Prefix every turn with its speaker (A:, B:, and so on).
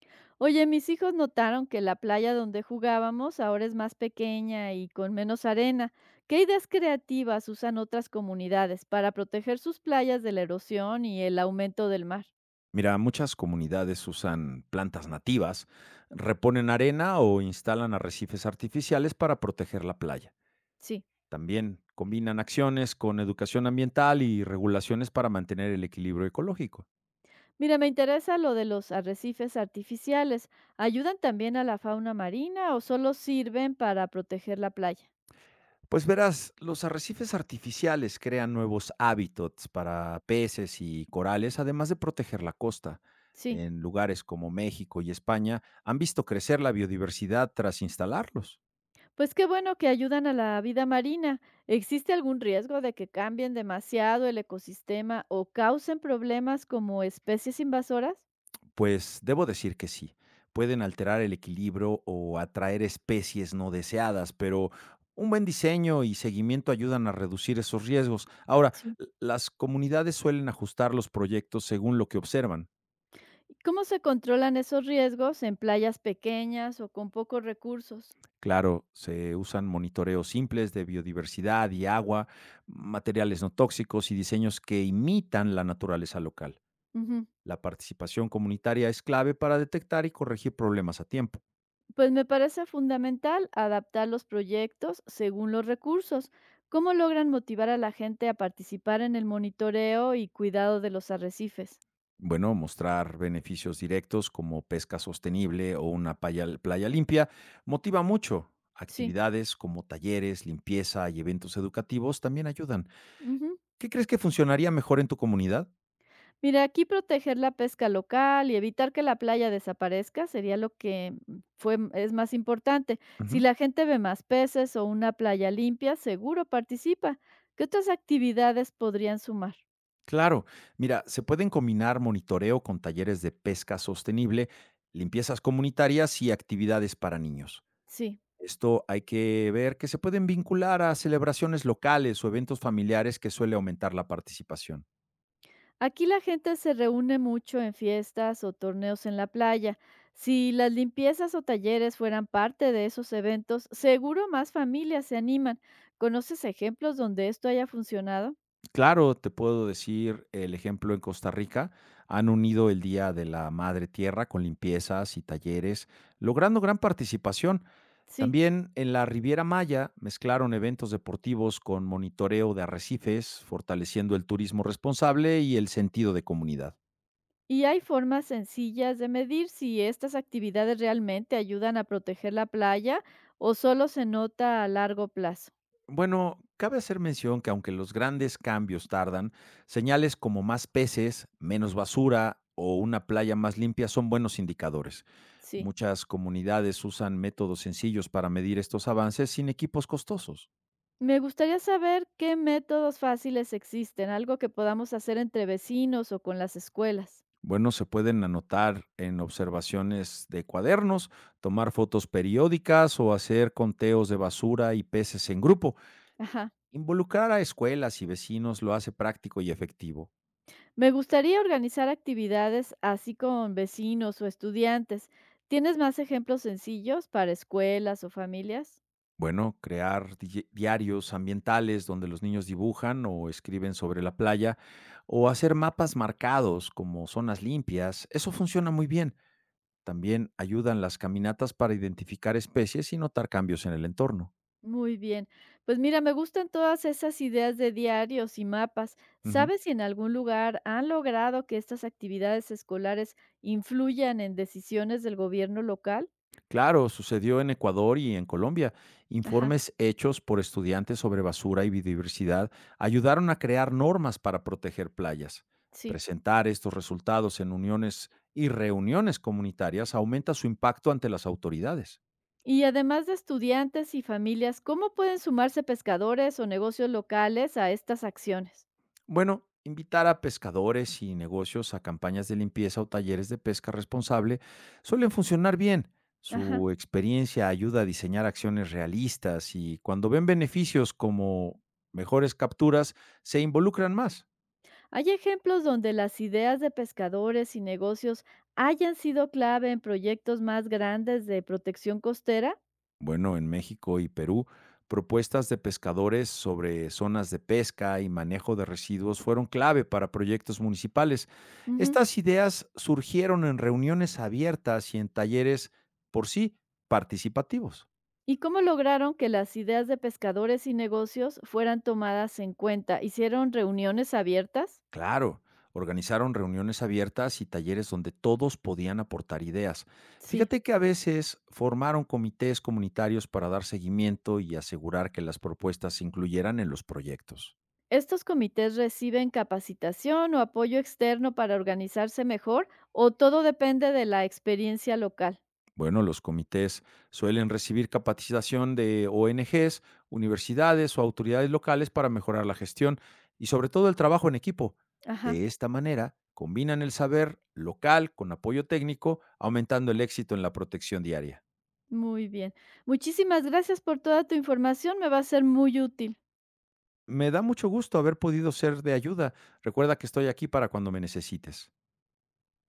A: Oye, mis hijos notaron que la playa donde jugábamos ahora es más pequeña y con menos arena. ¿Qué ideas creativas usan otras comunidades para proteger sus playas de la erosión y el aumento del mar?
B: Mira, muchas comunidades usan plantas nativas, reponen arena o instalan arrecifes artificiales para proteger la playa.
A: Sí.
B: También combinan acciones con educación ambiental y regulaciones para mantener el equilibrio ecológico.
A: Mira, me interesa lo de los arrecifes artificiales. ¿Ayudan también a la fauna marina o solo sirven para proteger la playa?
B: Pues verás, los arrecifes artificiales crean nuevos hábitats para peces y corales, además de proteger la costa.
A: Sí.
B: En lugares como México y España han visto crecer la biodiversidad tras instalarlos.
A: Pues qué bueno que ayudan a la vida marina. ¿Existe algún riesgo de que cambien demasiado el ecosistema o causen problemas como especies invasoras?
B: Pues debo decir que sí, pueden alterar el equilibrio o atraer especies no deseadas, pero un buen diseño y seguimiento ayudan a reducir esos riesgos. Ahora,
A: Sí.
B: las comunidades suelen ajustar los proyectos según lo que observan.
A: ¿Cómo se controlan esos riesgos en playas pequeñas o con pocos recursos?
B: Claro, se usan monitoreos simples de biodiversidad y agua, materiales no tóxicos y diseños que imitan la naturaleza local.
A: Ujú.
B: La participación comunitaria es clave para detectar y corregir problemas a tiempo.
A: Pues me parece fundamental adaptar los proyectos según los recursos. ¿Cómo logran motivar a la gente a participar en el monitoreo y cuidado de los arrecifes?
B: Bueno, mostrar beneficios directos como pesca sostenible o una playa limpia motiva mucho.
A: Sí.
B: Actividades como talleres, limpieza y eventos educativos también ayudan.
A: Ujú.
B: ¿Qué crees que funcionaría mejor en tu comunidad?
A: Mira, aquí proteger la pesca local y evitar que la playa desaparezca sería lo que es más importante. Si
B: Ujú.
A: la gente ve más peces o una playa limpia, seguro participa. ¿Qué otras actividades podrían sumar?
B: Claro, mira, se pueden combinar monitoreo con talleres de pesca sostenible, limpiezas comunitarias y actividades para niños.
A: Sí,
B: Esto hay que ver que se pueden vincular a celebraciones locales o eventos familiares que suele aumentar la participación.
A: aquí la gente se reúne mucho en fiestas o torneos en la playa. Si las limpiezas o talleres fueran parte de esos eventos, seguro más familias se animan. ¿Conoces ejemplos donde esto haya funcionado?
B: Claro, te puedo decir el ejemplo en Costa Rica. Han unido el Día de la Madre Tierra con limpiezas y talleres, logrando gran participación.
A: Sí.
B: También en la Riviera Maya mezclaron eventos deportivos con monitoreo de arrecifes, fortaleciendo el turismo responsable y el sentido de comunidad.
A: ¿Y hay formas sencillas de medir si estas actividades realmente ayudan a proteger la playa o solo se nota a largo plazo?
B: Bueno, cabe hacer mención que aunque los grandes cambios tardan, señales como más peces, menos basura o una playa más limpia son buenos indicadores.
A: Sí.
B: Muchas comunidades usan métodos sencillos para medir estos avances sin equipos costosos.
A: Me gustaría saber qué métodos fáciles existen, algo que podamos hacer entre vecinos o con las escuelas.
B: Bueno, se pueden anotar en observaciones de cuadernos, tomar fotos periódicas o hacer conteos de basura y peces en grupo.
A: Ajá.
B: Involucrar a escuelas y vecinos lo hace práctico y efectivo.
A: Me gustaría organizar actividades así con vecinos o estudiantes. ¿Tienes más ejemplos sencillos para escuelas o familias?
B: Bueno, crear diarios ambientales donde los niños dibujan o escriben sobre la playa, o hacer mapas marcados como zonas limpias, eso funciona muy bien. También ayudan las caminatas para identificar especies y notar cambios en el entorno.
A: Muy bien. Pues mira, me gustan todas esas ideas de diarios y mapas.
B: Ujú.
A: ¿Sabes si en algún lugar han logrado que estas actividades escolares influyan en decisiones del gobierno local?
B: Claro, sucedió en Ecuador y en Colombia.
A: Ajá,
B: Informes hechos por estudiantes sobre basura y biodiversidad ayudaron a crear normas para proteger playas.
A: sí.
B: Presentar estos resultados en uniones y reuniones comunitarias aumenta su impacto ante las autoridades.
A: Y además de estudiantes y familias, ¿cómo pueden sumarse pescadores o negocios locales a estas acciones?
B: Bueno, invitar a pescadores y negocios a campañas de limpieza o talleres de pesca responsable suelen funcionar bien.
A: Ajá.
B: Su experiencia ayuda a diseñar acciones realistas y cuando ven beneficios como mejores capturas, se involucran más.
A: ¿Hay ejemplos donde las ideas de pescadores y negocios hayan sido clave en proyectos más grandes de protección costera?
B: Bueno, en México y Perú, propuestas de pescadores sobre zonas de pesca y manejo de residuos fueron clave para proyectos municipales.
A: Ujú.
B: Estas ideas surgieron en reuniones abiertas y en talleres por sí participativos.
A: ¿Y cómo lograron que las ideas de pescadores y negocios fueran tomadas en cuenta? ¿Hicieron reuniones abiertas?
B: Claro, organizaron reuniones abiertas y talleres donde todos podían aportar ideas.
A: Sí.
B: Fíjate que a veces formaron comités comunitarios para dar seguimiento y asegurar que las propuestas se incluyeran en los proyectos.
A: ¿Estos comités reciben capacitación o apoyo externo para organizarse mejor o todo depende de la experiencia local?
B: Bueno, los comités suelen recibir capacitación de ONGs, universidades o autoridades locales para mejorar la gestión y sobre todo el trabajo en equipo.
A: Ajá,
B: De esta manera, combinan el saber local con apoyo técnico, aumentando el éxito en la protección diaria.
A: muy bien. Muchísimas gracias por toda tu información, me va a ser muy útil.
B: Me da mucho gusto haber podido ser de ayuda. Recuerda que estoy aquí para cuando me necesites.